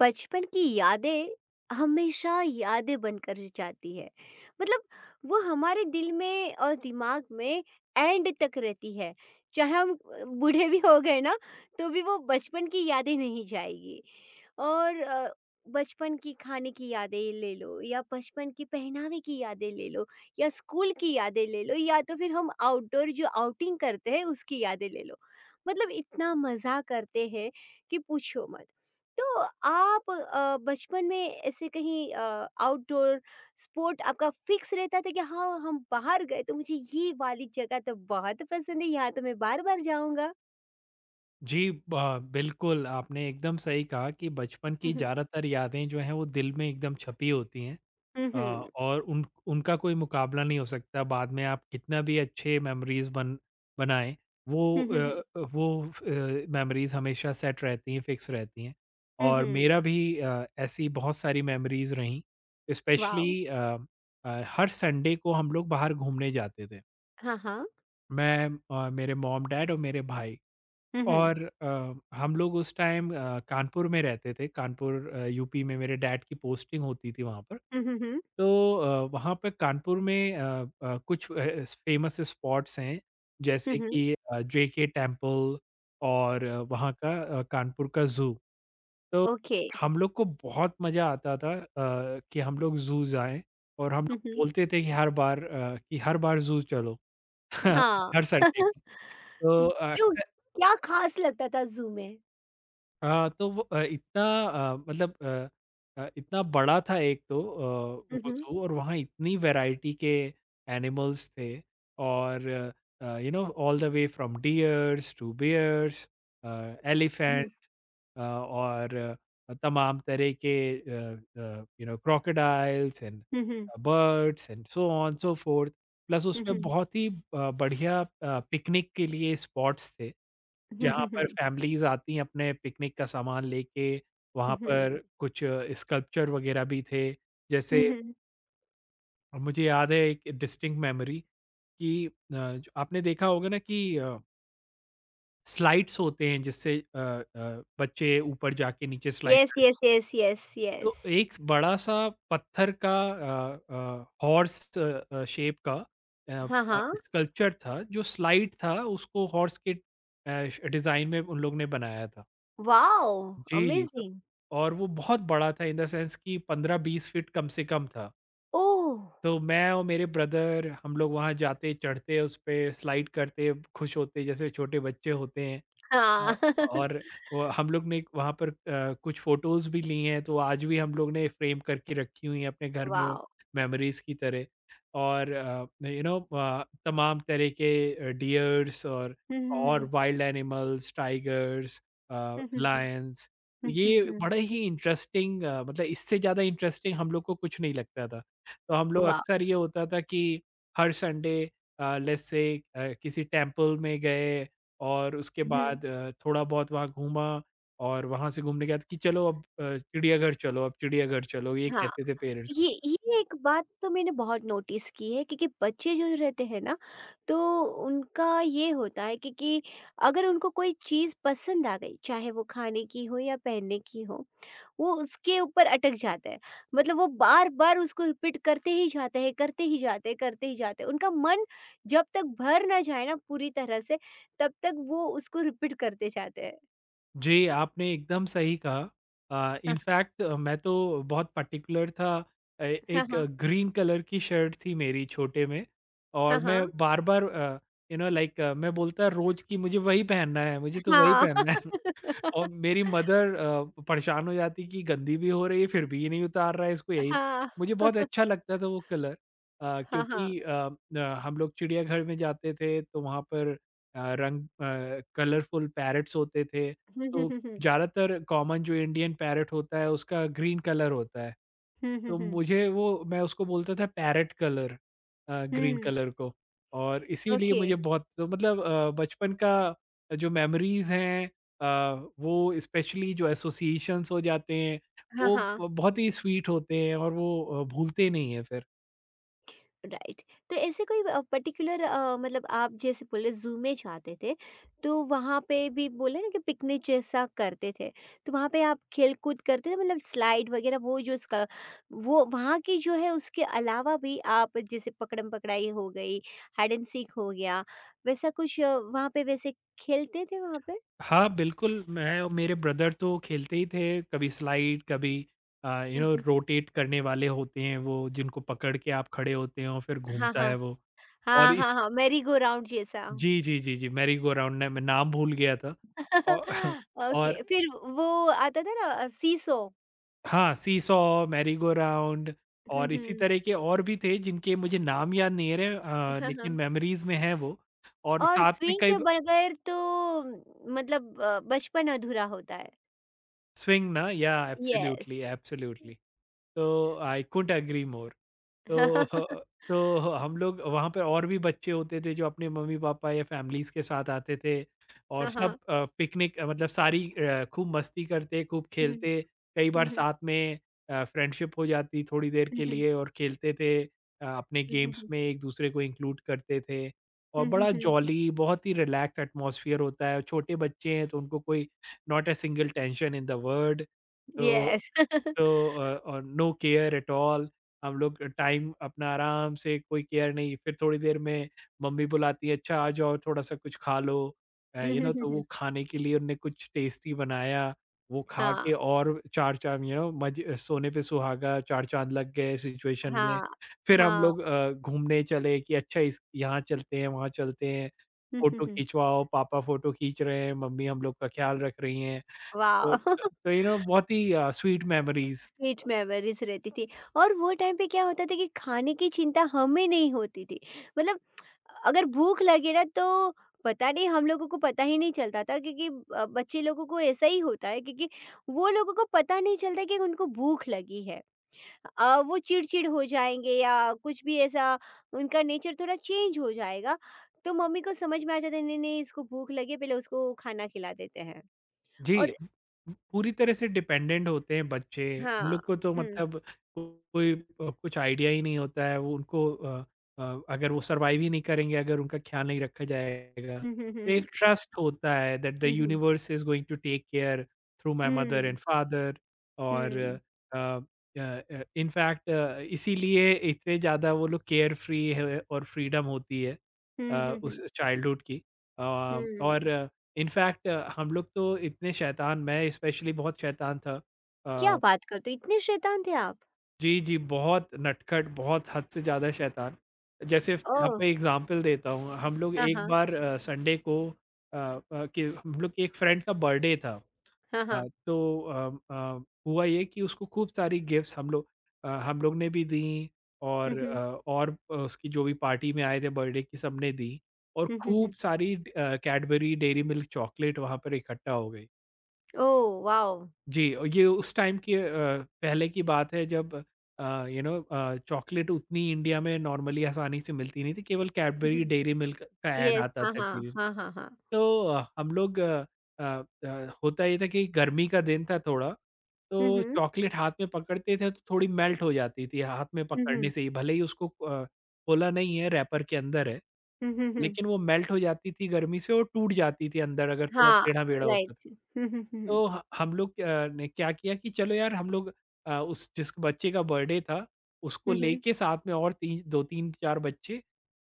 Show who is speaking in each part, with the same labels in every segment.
Speaker 1: बचपन की यादें हमेशा यादें बनकर जाती है। मतलब वो हमारे दिल में और दिमाग में एंड तक रहती है। चाहे हम बूढ़े भी हो गए ना, तो भी वो बचपन की यादें नहीं जाएगी। और बचपन की खाने की यादें ले लो या बचपन की पहनावे की यादें ले लो या स्कूल की यादें ले लो या तो फिर हम आउटडोर जो आउटिंग करते हैं उसकी यादें ले लो। मतलब इतना मज़ा करते हैं कि पूछो मत। तो आप बचपन में ऐसे कहीं आउटडोर स्पोर्ट आपका फिक्स रहता था कि हाँ, हम बाहर गए तो मुझे ये वाली जगह तो बहुत पसंद है, यहाँ तो मैं बार बार जाऊंगा।
Speaker 2: जी, ब बिल्कुल, आपने एकदम सही कहा कि बचपन की
Speaker 1: हम्म।
Speaker 2: ज़्यादातर यादें जो हैं, वो दिल में एकदम छपी होती हैं अ,
Speaker 1: हम्म।
Speaker 2: और उन उनका कोई मुकाबला नहीं हो सकता। बाद में आप कितना भी अच्छे मेमोरीज़ बन बनाएँ, वो अ
Speaker 1: हम्म।
Speaker 2: अ, वो अ, मेमोरीज़ हमेशा सेट रहती हैं, फ़िक्स रहती हैं। और
Speaker 1: हम्म।
Speaker 2: मेरा भी ऐसी बहुत सारी मेमोरीज़ रहीं,
Speaker 1: वाह।
Speaker 2: स्पेशली हर संडे को हम लोग बाहर घूमने जाते थे।
Speaker 1: हाँ, हाँ।
Speaker 2: मैं मेरे मॉम-डैड और मेरे भाई।
Speaker 1: हम्म।
Speaker 2: और हम लोग उस टाइम कानपुर में रहते थे। कानपुर, यूपी में मेरे डैड की पोस्टिंग होती थी वहाँ पर।
Speaker 1: हम्म।
Speaker 2: तो वहाँ पे कानपुर में कुछ अ, स फ़ेमस स्पॉट्स हैं, जैसे
Speaker 1: हम्म।
Speaker 2: कि जेके टेम्पल और वहाँ का कानपुर का ज़ू। तो
Speaker 1: ओके।
Speaker 2: हम लोग को बहुत मज़ा आता था कि हम लोग ज़ू जाएँ और हम लोग
Speaker 1: हम्म।
Speaker 2: बोलते थे कि हर बार अ, कि हर बार ज़ू चलो
Speaker 1: हाँ।
Speaker 2: हर संडे को। तो
Speaker 1: क्यों?
Speaker 2: अक्सर
Speaker 1: क्या खास लगता था जू में?
Speaker 2: इतना अ, मतलब अ इतना बड़ा था एक तो,
Speaker 1: हम्म।
Speaker 2: वो
Speaker 1: हम्म।
Speaker 2: ज़ू और वहाँ इतनी वैरायटी के एनिमल्स थे, और you know all the way from deers to bears, elephant और तमाम तरह के you know crocodiles and
Speaker 1: hmm.
Speaker 2: Birds and so on so forth. Plus उसमें बहुत ही बढ़िया पिकनिक के लिए स्पॉट्स थे जहाँ पर फैमिलीज़ आती हैं अपने पिकनिक का सामान लेके, वहाँ
Speaker 1: हम्म।
Speaker 2: पर कुछ स्कल्पचर वगैरह भी थे। जैसे
Speaker 1: हम्म।
Speaker 2: मुझे याद है एक डिस्टिंक्ट मेमोरी कि अ, ज आपने देखा होगा ना कि स्लाइड्स होते हैं जिससे बच्चे ऊपर जाके नीचे स्लाइड
Speaker 1: यस,
Speaker 2: कर।
Speaker 1: Yes, yes, yes, yes.
Speaker 2: तो एक बड़ा-सा पत्थर का हॉर्स शेप का
Speaker 1: हाँ, हाँ।
Speaker 2: स्कल्पचर था, जो स्लाइड था उसको हॉर्स के अ, श डिज़ाइन में उन लोग ने बनाया था।
Speaker 1: वाओ!
Speaker 2: जी, जी। तो
Speaker 1: अमेज़िंग!
Speaker 2: और वो बहुत बड़ा था, इन द सेंस कि 15-20 फीट कम से कम था।
Speaker 1: ओह!
Speaker 2: तो मैं और मेरे ब्रदर हम लोग वहाँ जाते, चढ़ते, उस पे स्लाइड करते, खुश होते जैसे छोटे बच्चे होते हैं। अ,
Speaker 1: हाँ।
Speaker 2: और वो हम लोग ने वहाँ पर कुछ फ़ोटोज़ भी ली हैं, तो आज भी हम लोग ने फ्रेम करके रखी हुई हैं अपने घर में
Speaker 1: वाओ!
Speaker 2: मेमोरीज़ की तरह। और यू नो तमाम तरह के डियर्स
Speaker 1: हुँ, हुँ,
Speaker 2: और
Speaker 1: hmm.
Speaker 2: Wild animals, tigers,
Speaker 1: hmm, हुँ, हुँ।
Speaker 2: लायंस। तो
Speaker 1: हुँ, हुँ,
Speaker 2: ये
Speaker 1: हुँ।
Speaker 2: बड़ा ही इंटरेस्टिंग, मतलब इससे ज़्यादा इंटरेस्टिंग हम लोग को कुछ नहीं लगता था। तो हम लोग
Speaker 1: वाह!
Speaker 2: अक्सर ये होता था कि हर संडे लेट्स से किसी टेंपल में गए और उसके हुँ।
Speaker 1: हुँ।
Speaker 2: बाद थोड़ा बहुत वहाँ घूमा, और वहाँ से घूमने के बाद कि चलो अब, चिड़ियाघर चलो, अब चिड़ियाघर चलो, ये
Speaker 1: हाँ।
Speaker 2: कहते थे पेरेंट्स को।
Speaker 1: ये एक बात तो मैंने बहुत नोटिस की है, क्योंकि बच्चे जो रहते हैं ना, तो उनका ये होता है क्योंकि अगर उनको कोई चीज़ पसंद आ गई, चाहे वो खाने की हो या पहनने की हो, वो उसके ऊपर अटक जाता है। मतलब वो बार-बार उसको रिपीट करते ही जाते हैं, करते ही जाते हैं, करते ही जाते हैं। उनका मन जब तक भर ना जाए ना पूरी तरह से, तब तक वो उसको रिपीट करते जाते हैं।
Speaker 2: जी, आपने एकदम सही कहा।
Speaker 1: हाँ,
Speaker 2: इनफैक्ट मैं तो बहुत पर्टिकुलर था।
Speaker 1: हाँ,
Speaker 2: एक
Speaker 1: हाँ।
Speaker 2: ग्रीन कलर की शर्ट थी मेरी छोटे में, और
Speaker 1: हाँ,
Speaker 2: मैं
Speaker 1: हाँ।
Speaker 2: बार-बार यू नो लाइक मैं बोलता रोज़ कि मुझे वही पहनना है, मुझे तो वही
Speaker 1: हाँ।
Speaker 2: पहनना है। और मेरी मदर परेशान हो जाती कि गंदी भी हो रही है फिर भी ये नहीं उतार रहा है इसको, यही मुझे बहुत
Speaker 1: हाँ।
Speaker 2: अच्छा लगता था वो कलर। अ,
Speaker 1: हाँ। हाँ।
Speaker 2: क्योंकि अ, हम लोग चिड़ियाघर में जाते थे तो वहाँ पर अ, रंग कलरफुल पैरट्स होते थे,
Speaker 1: हुँ, हुँ,
Speaker 2: तो
Speaker 1: हुँ, हुँ।
Speaker 2: ज़्यादातर कॉमन जो इंडियन पैरट होता है उसका ग्रीन कलर होता है,
Speaker 1: हुँ, हुँ,
Speaker 2: तो
Speaker 1: हुँ।
Speaker 2: मुझे वो मैं उसको बोलता था parrot colour, green
Speaker 1: hmm.
Speaker 2: Colour को। और इसीलिए
Speaker 1: ओके।
Speaker 2: मुझे बहुत तो मतलब बचपन का जो मेमोरीज हैं, अ, वो स्पेशली जो एसोसिएशंस हो जाते हैं
Speaker 1: हाँ,
Speaker 2: वो
Speaker 1: हाँ।
Speaker 2: बहुत ही स्वीट होते हैं, और वो भूलते नहीं है फिर।
Speaker 1: राइट। तो ऐसे कोई पर्टिकुलर, मतलब आप जैसे बोले जू में जाते थे, तो वहाँ पे भी बोले ना कि पिकनिक जैसा करते थे, तो वहाँ पे आप खेल कूद करते थे, मतलब स्लाइड वगैरह, वो जो उसका वो वहाँ की जो है उसके अलावा भी आप जैसे पकड़म पकड़ाई हो गई, हाइड एंड सीख हो गया, वैसा कुछ वहाँ पे वैसे खेलते थे वहाँ पे?
Speaker 2: हाँ बिल्कुल, मैं और मेरे ब्रदर तो खेलते ही थे, कभी स्लाइड कभी you
Speaker 1: hmm,
Speaker 2: no
Speaker 1: hmm.
Speaker 2: Rotate करने वाले होते हैं वो जिनको पकड़ के आप खड़े होते हो फिर
Speaker 1: हाँ,
Speaker 2: घूमता
Speaker 1: हाँ।
Speaker 2: है वो।
Speaker 1: हाँ,
Speaker 2: और
Speaker 1: हाँ, हाँ। मैरी गो राउंड जैसा।
Speaker 2: जी, जी, जी, जी, मैरी गो राउंड, ना मैं नाम भूल गया था। औ और
Speaker 1: ओके फिर। वो आता था ना, सीसो।
Speaker 2: हाँ, seesaw, merry go round
Speaker 1: hmm,
Speaker 2: और इसी
Speaker 1: हम्म।
Speaker 2: तरह के और भी थे जिनके मुझे नाम याद नहीं आ रहे,
Speaker 1: हाँ, हाँ।
Speaker 2: लेकिन मेमोरीज़ में हैं वो। और
Speaker 1: और
Speaker 2: साथ में
Speaker 1: स्विंग
Speaker 2: कई
Speaker 1: के
Speaker 2: ब
Speaker 1: बगैर तो मतलब बचपन अधूरा होता है।
Speaker 2: स्विंग ना, या
Speaker 1: यस।
Speaker 2: Absolutely, absolutely. तो आई कुडन्ट एग्री मोर। तो ह तो हम लोग वहाँ पे और भी बच्चे होते थे जो अपने मम्मी-पापा या फैमिलीज़ के साथ आते थे, और
Speaker 1: हाँ,
Speaker 2: सब
Speaker 1: हाँ।
Speaker 2: पिकनिक मतलब सारी खूब मस्ती करते, खूब
Speaker 1: हुँ, हुँ।
Speaker 2: खेलते, कई
Speaker 1: हुँ,
Speaker 2: बार
Speaker 1: हुँ।
Speaker 2: साथ में फ्रेंडशिप हो जाती थोड़ी देर
Speaker 1: हुँ,
Speaker 2: के
Speaker 1: हुँ।
Speaker 2: लिए और खेलते थे, अपने
Speaker 1: हुँ, हुँ,
Speaker 2: गेम्स
Speaker 1: हुँ।
Speaker 2: में एक-दूसरे को इंक्लूड करते थे। और
Speaker 1: हुँ, हुँ,
Speaker 2: बड़ा
Speaker 1: हुँ।
Speaker 2: जॉली, बहुत ही रिलैक्स एटमॉस्फियर होता है, छोटे बच्चे हैं तो उनको कोई not a single tension in the world.
Speaker 1: Yes.
Speaker 2: तो और नो केयर एट ऑल, हम लोग टाइम अपना आराम से, कोई केयर नहीं। फिर थोड़ी देर में मम्मी बुलाती है अच्छा आ जाओ थोड़ा सा कुछ खा लो,
Speaker 1: हुँ,
Speaker 2: यू
Speaker 1: हुँ,
Speaker 2: नो।
Speaker 1: हुँ,
Speaker 2: तो वो
Speaker 1: हुँ।
Speaker 2: खाने के लिए उनने कुछ टेस्टी बनाया, वो खा
Speaker 1: हाँ,
Speaker 2: के और चार चांद, यू नो, मज सोने पे सुहागा, चार चांद लग गए सिचुएशन में।
Speaker 1: हाँ,
Speaker 2: फिर हम
Speaker 1: हाँ।
Speaker 2: लोग घूमने चले कि अच्छा इस यहाँ चलते हैं वहाँ चलते हैं,
Speaker 1: हुँ, हुँ,
Speaker 2: फोटो
Speaker 1: हुँ।
Speaker 2: खिंचवाओ, पापा फोटो खींच रहे हैं, मम्मी हम लोग का ख्याल रख रही हैं।
Speaker 1: वॉव!
Speaker 2: तो यू नो बहुत ही स्वीट मेमोरीज।
Speaker 1: स्वीट मेमोरीज़ रहती थी। और वो टाइम पे क्या होता था कि खाने की चिंता हमें नहीं होती थी। मतलब अगर भूख लगे ना, तो पता नहीं, हम लोगों को पता ही नहीं चलता था क्योंकि बच्चे लोगों को ऐसा ही होता है, क्योंकि वो लोगों को पता नहीं चलता कि उनको भूख लगी है। वो चिड़चिड़ हो जाएँगे या कुछ भी ऐसा, उनका नेचर थोड़ा चेंज हो जाएगा। तो मम्मी को समझ में आ जाता है, नहीं, नहीं, इसको भूख लगी है, पहले उसको खाना खिला देते हैं।
Speaker 2: जी,
Speaker 1: और।
Speaker 2: पूरी तरह से डिपेंडेंट होते हैं बच्चे, उन
Speaker 1: हाँ।
Speaker 2: लोग को तो
Speaker 1: हुँ।
Speaker 2: मतलब कोई कुछ आइडिया ही नहीं होता है, वो उनको अगर वो सर्वाइव ही नहीं करेंगे, अगर उनका ख़्याल नहीं रखा जाएगा।
Speaker 1: हुँ, हुँ, हुँ,
Speaker 2: तो एक
Speaker 1: हुँ।
Speaker 2: ट्रस्ट होता है that the
Speaker 1: hmm, hmm.
Speaker 2: Universe is going to take care through my mother and
Speaker 1: hmm.
Speaker 2: Father. और
Speaker 1: हुँ।
Speaker 2: इन फैक्ट, इसीलिए इतने ज़्यादा वो लोग केयर फ्री है और फ्रीडम होती है
Speaker 1: हुँ,
Speaker 2: अ,
Speaker 1: हुँ,
Speaker 2: उस
Speaker 1: हुँ।
Speaker 2: चाइल्डहुड की। और
Speaker 1: हुँ।
Speaker 2: इनफैक्ट हम लोग तो इतने शैतान, मैं स्पेशली बहुत शैतान था।
Speaker 1: क्या
Speaker 2: अ,
Speaker 1: बात करते हो! इतने शैतान थे आप?
Speaker 2: जी, जी, बहुत नटखट, बहुत हद से ज़्यादा शैतान। जैसे
Speaker 1: ओह!
Speaker 2: आपको एग्ज़ाम्पल देता हूँ, हम लोग
Speaker 1: हाँ,
Speaker 2: एक
Speaker 1: हाँ।
Speaker 2: बार संडे को कि हम लोग के एक फ्रेंड का बर्थडे था।
Speaker 1: हाँ,
Speaker 2: अ,
Speaker 1: हाँ।
Speaker 2: तो अम, अ, हुआ ये कि उसको खूब सारी गिफ्ट्स हम लोग ने भी दी,
Speaker 1: हुँ,
Speaker 2: और
Speaker 1: हुँ।
Speaker 2: उसकी जो भी पार्टी में आए थे बर्थडे की सबने दी, और
Speaker 1: हुँ, हुँ,
Speaker 2: खूब
Speaker 1: हुँ।
Speaker 2: सारी कैडबरी, डेयरी मिल्क चॉकलेट वहाँ पर इकट्ठा हो गई।
Speaker 1: Oh wow!
Speaker 2: जी, और ये उस टाइम की पहले की बात है जब यू नो चॉकलेट उतनी इंडिया में नॉर्मली आसानी से मिलती नहीं थी, केवल
Speaker 1: हुँ,
Speaker 2: कैडबरी,
Speaker 1: हुँ।
Speaker 2: डेयरी मिल्क का ऐड
Speaker 1: येस।
Speaker 2: आता
Speaker 1: हाँ,
Speaker 2: था
Speaker 1: हाँ।
Speaker 2: टीवी में।
Speaker 1: हाँ, हाँ, हाँ।
Speaker 2: तो अ, हम लोग अ अ अ, होता ये था कि गर्मी का दिन था थोड़ा,
Speaker 1: हुँ,
Speaker 2: तो
Speaker 1: हुँ।
Speaker 2: चॉकलेट हाथ में पकड़ते थे तो थोड़ी मेल्ट हो जाती थी हाथ में
Speaker 1: हुँ,
Speaker 2: पकड़ने
Speaker 1: हुँ।
Speaker 2: से ही, भले ही उसको खोला नहीं है, रैपर के अंदर है।
Speaker 1: हुँ, हुँ, हुँ।
Speaker 2: लेकिन वो मेल्ट हो जाती थी गर्मी से और टूट जाती थी अंदर अगर थोड़ा
Speaker 1: हाँ,
Speaker 2: टेढ़ा-मेढ़ा होता था।
Speaker 1: राइट। हुँ, हुँ, हुँ, हुँ।
Speaker 2: तो ह हम लोग ने क्या किया कि चलो यार हम लोग उस जिस बच्चे का बर्थडे था उसको
Speaker 1: हुँ, हुँ।
Speaker 2: लेके साथ में, और ती 2-3-4 बच्चे,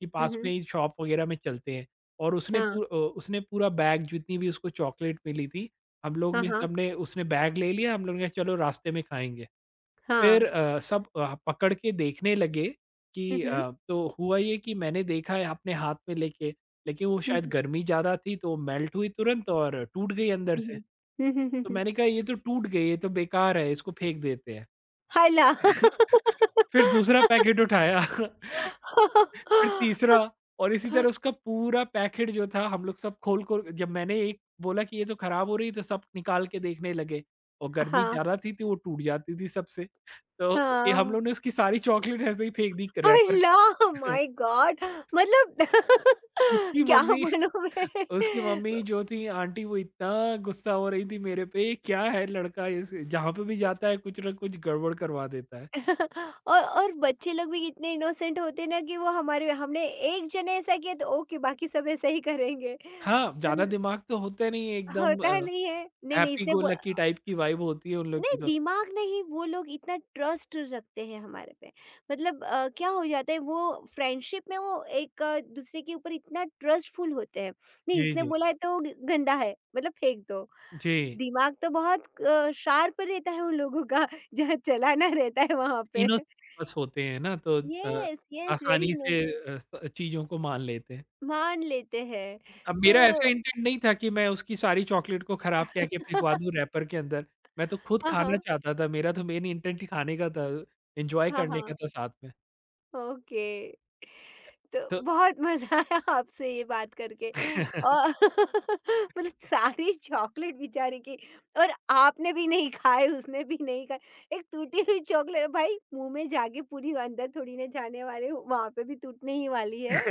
Speaker 2: कि
Speaker 1: हुँ,
Speaker 2: पास में
Speaker 1: हुँ।
Speaker 2: ही शॉप वगैरह में चलते हैं। और
Speaker 1: हाँ।
Speaker 2: उसने पूरा बैग जितनी भी उसको चॉकलेट मिली थी, हम लोग
Speaker 1: हाँ,
Speaker 2: ने
Speaker 1: हाँ।
Speaker 2: सबने उसने बैग ले लिया, हम लोग ने कहा चलो रास्ते में खाएँगे।
Speaker 1: हाँ।
Speaker 2: फिर सब पकड़ के देखने लगे
Speaker 1: हुँ,
Speaker 2: कि
Speaker 1: हुँ।
Speaker 2: तो हुआ ये कि मैंने देखा है अपने हाथ में लेके, लेकिन वो
Speaker 1: हुँ,
Speaker 2: शायद
Speaker 1: हुँ।
Speaker 2: गर्मी ज़्यादा थी तो मेल्ट हुई तुरंत और टूट गई अंदर
Speaker 1: हुँ,
Speaker 2: से।
Speaker 1: हुँ। हुँ, हुँ, हुँ,
Speaker 2: तो
Speaker 1: हुँ।
Speaker 2: मैंने कहा ये तो टूट गई, ये तो बेकार है, इसको फेंक देते हैं।
Speaker 1: हाला!
Speaker 2: फिर दूसरा पैकेट उठाया। फिर तीसरा, और इसी तरह उसका पूरा पैकेट जो था, हम लोग सब खोल खोल, जब मैंने एक बोला कि ये तो खराब हो रही है तो सब निकाल के देखने लगे, और गर्मी
Speaker 1: हाँ,
Speaker 2: ज़्यादा थी तो वो टूट जाती थी सबसे। तो ये हम
Speaker 1: हाँ।
Speaker 2: लोग ने उसकी सारी चॉकलेट ऐसे ही फेंक दी रैपर।
Speaker 1: अल्लाह! My God! मतलब
Speaker 2: उसकी
Speaker 1: क्या
Speaker 2: मम्मी
Speaker 1: बोलूँ मैं?
Speaker 2: उसकी मम्मी जो थी आंटी वो इतना गुस्सा हो रही थी मेरे पे, क्या है लड़का, इस जहाँ पे भी जाता है कुछ न कुछ गड़बड़ करवा देता है।
Speaker 1: और बच्चे लोग भी इतने इनोसेंट होते हैं ना कि वो हमारे हमने एक जने ऐसा किया तो ओके बाकी सब ऐसा ही करेंगे।
Speaker 2: हाँ, ज़्यादा
Speaker 1: मल
Speaker 2: दिमाग तो होता नहीं है एकदम,
Speaker 1: होता नहीं है। नहीं, नहीं,
Speaker 2: हैप्पी
Speaker 1: इसने
Speaker 2: गो
Speaker 1: बो
Speaker 2: लकी टाइप की वाइब होती है उन लोग
Speaker 1: नहीं,
Speaker 2: की तो।
Speaker 1: दिमाग नहीं, वो लोग इतना ट्रस्ट रखते हैं हमारे पे। मतलब क्या हो जाता है वो, फ्रेंडशिप में वो एक दूसरे के ऊपर इतना ट्रस्टफुल होते हैं, नहीं,
Speaker 2: जी,
Speaker 1: इसने
Speaker 2: जी।
Speaker 1: बोला है तो गंदा है, मतलब फेंक दो।
Speaker 2: जी,
Speaker 1: दिमाग तो बहुत शार्प रहता है उन लोगों का। जहाँ चलाना रहता है वहां पे।
Speaker 2: इनोसेंट बस होते हैं ना, तो
Speaker 1: यस, यस, वेरी
Speaker 2: आसानी
Speaker 1: नो।
Speaker 2: से अ, स चीज़ों को मान लेते हैं।
Speaker 1: मान लेते हैं।
Speaker 2: अब
Speaker 1: तो
Speaker 2: मेरा ऐसा इंटेंट नहीं था कि मैं उसकी सारी चॉकलेट को खराब कह के फेंकवा दूँ रैपर के अंदर। मैं तो खुद
Speaker 1: हाँ, हाँ।
Speaker 2: खाना चाहता था, मेरा तो मेन इंटेंट ही खाने का था, एन्जॉय
Speaker 1: हाँ,
Speaker 2: करने का
Speaker 1: हाँ।
Speaker 2: था साथ में।
Speaker 1: ओके। तो
Speaker 2: तो
Speaker 1: बहुत मज़ा आया आपसे ये बात करके। और मतलब सारी चॉकलेट बेचारे की, और आपने भी नहीं खाए, उसने भी नहीं खाए। एक टूटी हुई चॉकलेट भाई मुँह में जाके पूरी अंदर थोड़ी ना जाने वाले, वहाँ पे भी टूटने ही वाली है।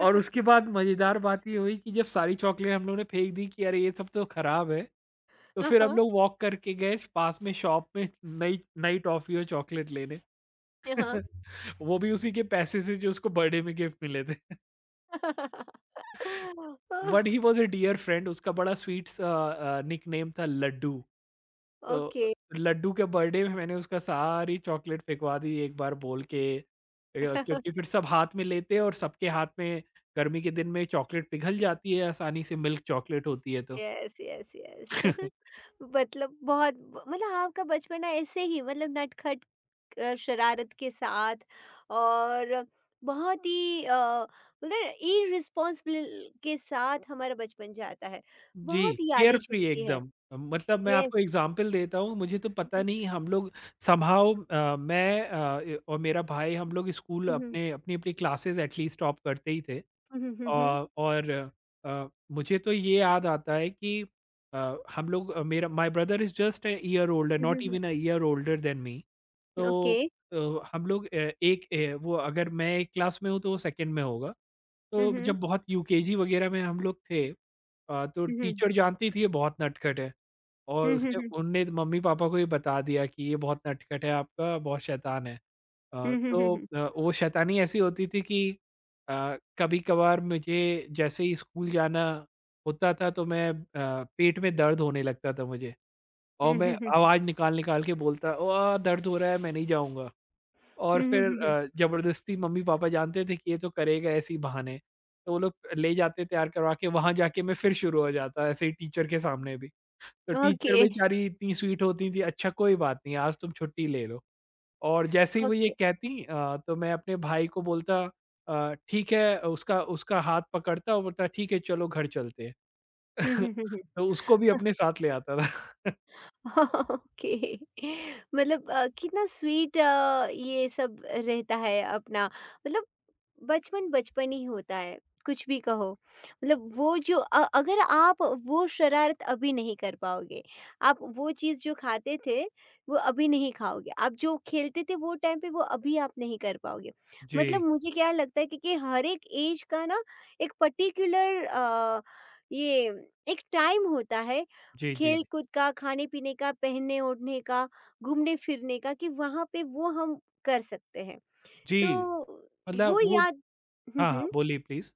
Speaker 2: और उसके बाद मज़ेदार बात ये हुई कि जब सारी चॉकलेट हम लोगों ने फेंक दी कि अरे ये सब तो खराब है, तो
Speaker 1: हाँ,
Speaker 2: फिर हम
Speaker 1: हाँ।
Speaker 2: लोग वॉक करके गए पास में शॉप में, नई नई टॉफ़ी और चॉकलेट लेने।
Speaker 1: हाँ।
Speaker 2: वो भी उसी के पैसे से जो उसको बर्थडे में गिफ्ट मिले थे। But he was a dear friend, उसका बड़ा स्वीट निक नेम था, लड्डू। तो
Speaker 1: ओके।
Speaker 2: लड्डू के बर्थडे में मैंने उसका सारी चॉकलेट फेंकवा दी एक बार बोल के, क्योंकि फिर सब हाथ में लेते और सबके हाथ में गर्मी के दिन में चॉकलेट पिघल जाती है आसानी से, मिल्क चॉकलेट होती है तो।
Speaker 1: Yes, yes, yes. मतलब बहुत, मतलब आपका बचपना ऐसे ही, मतलब नटखट शरारत के साथ, और बहुत ही मतलब इररिस्पॉन्सिबल के साथ हमारा बचपन जाता है।
Speaker 2: जी,
Speaker 1: बहुत
Speaker 2: केयर
Speaker 1: यादें
Speaker 2: फ्री
Speaker 1: जुड़ती हैं।
Speaker 2: एकदम। मतलब मैं
Speaker 1: यस।
Speaker 2: आपको एग्ज़ाम्पल देता हूँ, मुझे तो पता
Speaker 1: हुँ,
Speaker 2: नहीं हम लोग समहाउ, और मेरा भाई हम लोग स्कूल
Speaker 1: हुँ,
Speaker 2: अपने अपनी-अपनी क्लासेस एटलीस्ट टॉप करते ही थे।
Speaker 1: हुँ, हुँ, हुँ, हुँ,
Speaker 2: अ, और मुझे तो ये याद आता है कि मेरा my brother is just a year older,
Speaker 1: hmm,
Speaker 2: not
Speaker 1: hmm,
Speaker 2: even a year older than me.
Speaker 1: Hmm. Okay.
Speaker 2: तो अ, हम लोग अ, एक अ, वो अगर मैं एक क्लास में हूँ तो वो सेकंड में होगा।
Speaker 1: हुँ,
Speaker 2: तो
Speaker 1: हुँ,
Speaker 2: जब बहुत यूकेजी वगैरह में हम लोग थे, तो
Speaker 1: हुँ, हुँ,
Speaker 2: टीचर जानती थी ये बहुत नटखट है, और
Speaker 1: हुँ, हुँ,
Speaker 2: उसने
Speaker 1: हुँ,
Speaker 2: उनने मम्मी पापा को ये बता दिया कि ये बहुत नटखट है आपका, बहुत शैतान है। अ,
Speaker 1: हुँ, हुँ, हुँ, हुँ,
Speaker 2: तो
Speaker 1: हुँ,
Speaker 2: अ, वो शैतानी ऐसी होती थी कि कभी कभार मुझे जैसे ही स्कूल जाना होता था तो पेट में दर्द होने लगता था मुझे, और
Speaker 1: हुँ,
Speaker 2: मैं
Speaker 1: हुँ,
Speaker 2: आवाज़ निकाल निकाल के बोलता ओ, दर्द हो रहा है मैं नहीं जाऊँगा। और
Speaker 1: हुँ,
Speaker 2: फिर
Speaker 1: हुँ, हुँ,
Speaker 2: ज़बरदस्ती मम्मी-पापा जानते थे कि ये तो करेगा ऐसे ही बहाने, तो वो लोग ले जाते तैयार करवा के, वहाँ जाके मैं फिर शुरू हो जाता ऐसे ही टीचर के सामने भी। तो टीचर
Speaker 1: ओके,
Speaker 2: बेचारी इतनी स्वीट होती थी, "अच्छा कोई बात नहीं, आज तुम छुट्टी ले लो।" और जैसे ही वो ये
Speaker 1: ओके।
Speaker 2: कहती, तो मैं अपने भाई को बोलता, "ठीक है", उसका उसका हाथ पकड़ता और बोलता, "ठीक है, चलो घर चलते हैं।"
Speaker 1: हुँ, हुँ, हुँ, हुँ।
Speaker 2: तो उसको भी अपने साथ ले आता था।
Speaker 1: ओके। मतलब कितना स्वीट ये सब रहता है अपना। मतलब बचपन बचपन ही होता है, कुछ भी कहो। मतलब वो जो अगर आप वो शरारत अभी नहीं कर पाओगे, आप वो चीज़ जो खाते थे वो अभी नहीं खाओगे, आप जो खेलते थे वो टाइम पे वो अभी आप नहीं कर पाओगे।
Speaker 2: जी।
Speaker 1: मतलब मुझे क्या लगता है कि हर एक एज का ना एक पर्टिकुलर ये एक टाइम होता है
Speaker 2: जी, जी,
Speaker 1: खेल
Speaker 2: जी।
Speaker 1: कूद का, खाने-पीने का, पहनने-ओढ़ने का, घूमने-फिरने का, कि वहाँ पे वो हम कर सकते हैं। तो
Speaker 2: जी, मतलब
Speaker 1: वो
Speaker 2: वो।
Speaker 1: याद। हुँ,
Speaker 2: हाँ, हाँ,
Speaker 1: हुँ।
Speaker 2: बोलिए प्लीज़।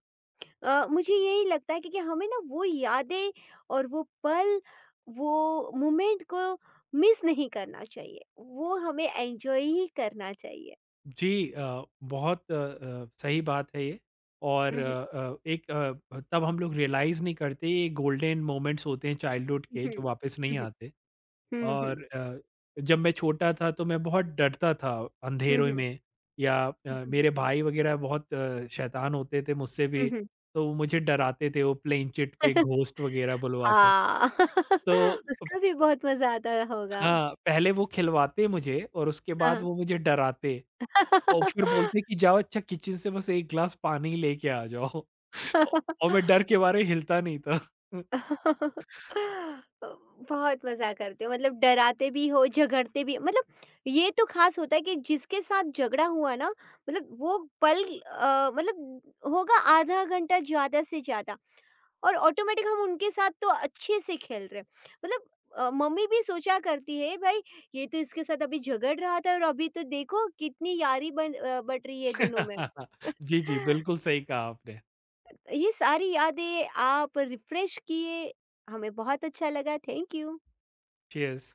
Speaker 1: मुझे यही लगता है क्योंकि हमें ना वो यादें और वो पल, वो मोमेंट को मिस नहीं करना चाहिए। वो हमें एन्जॉय ही करना चाहिए।
Speaker 2: जी, बहुत सही बात है ये। और
Speaker 1: हुँ, हुँ।
Speaker 2: तब हम लोग रियलाइज़ नहीं करते ये गोल्डन मोमेंट्स होते हैं चाइल्डहुड के जो
Speaker 1: हुँ,
Speaker 2: वापस नहीं
Speaker 1: हुँ।
Speaker 2: आते।
Speaker 1: हुँ, हुँ।
Speaker 2: और जब मैं छोटा था तो मैं बहुत डरता था
Speaker 1: हुँ,
Speaker 2: अंधेरों
Speaker 1: हुँ।
Speaker 2: में, या
Speaker 1: हुँ, हुँ।
Speaker 2: मेरे भाई वगैरह बहुत शैतान होते थे मुझसे भी,
Speaker 1: हुँ, हुँ।
Speaker 2: तो वो मुझे डराते थे, वो प्लेन चिट पे घोस्ट वगैरह बुलवा के।
Speaker 1: हाँ।
Speaker 2: तो
Speaker 1: उसका भी बहुत मज़ा आता होगा।
Speaker 2: हाँ, पहले वो खिलवाते मुझे और उसके बाद
Speaker 1: हाँ।
Speaker 2: वो मुझे डराते, और फिर बोलते हैं कि जाओ अच्छा किचन से बस 1 ग्लास पानी लेके आ जाओ। औ और मैं डर के मारे हिलता नहीं था।
Speaker 1: बहुत मज़ा करते हो, मतलब डराते भी हो, झगड़ते भी, मतलब ये तो ख़ास होता है कि जिसके साथ झगड़ा हुआ ना, मतलब वो पल मतलब होगा आधा घंटा ज़्यादा से ज़्यादा, और ऑटोमेटिक हम उनके साथ तो अच्छे से खेल रहे हैं। मतलब मम्मी भी सोचा करती है, भाई ये तो इसके साथ अभी झगड़ रहा था, और अभी तो देखो कितनी यारी बट रही है दोनों में।
Speaker 2: जी, जी, बिल्कुल सही कहा आपने।
Speaker 1: ये सारी यादें आप रिफ्रेश किए, हमें बहुत अच्छा लगा। Thank you.
Speaker 2: चीयर्स।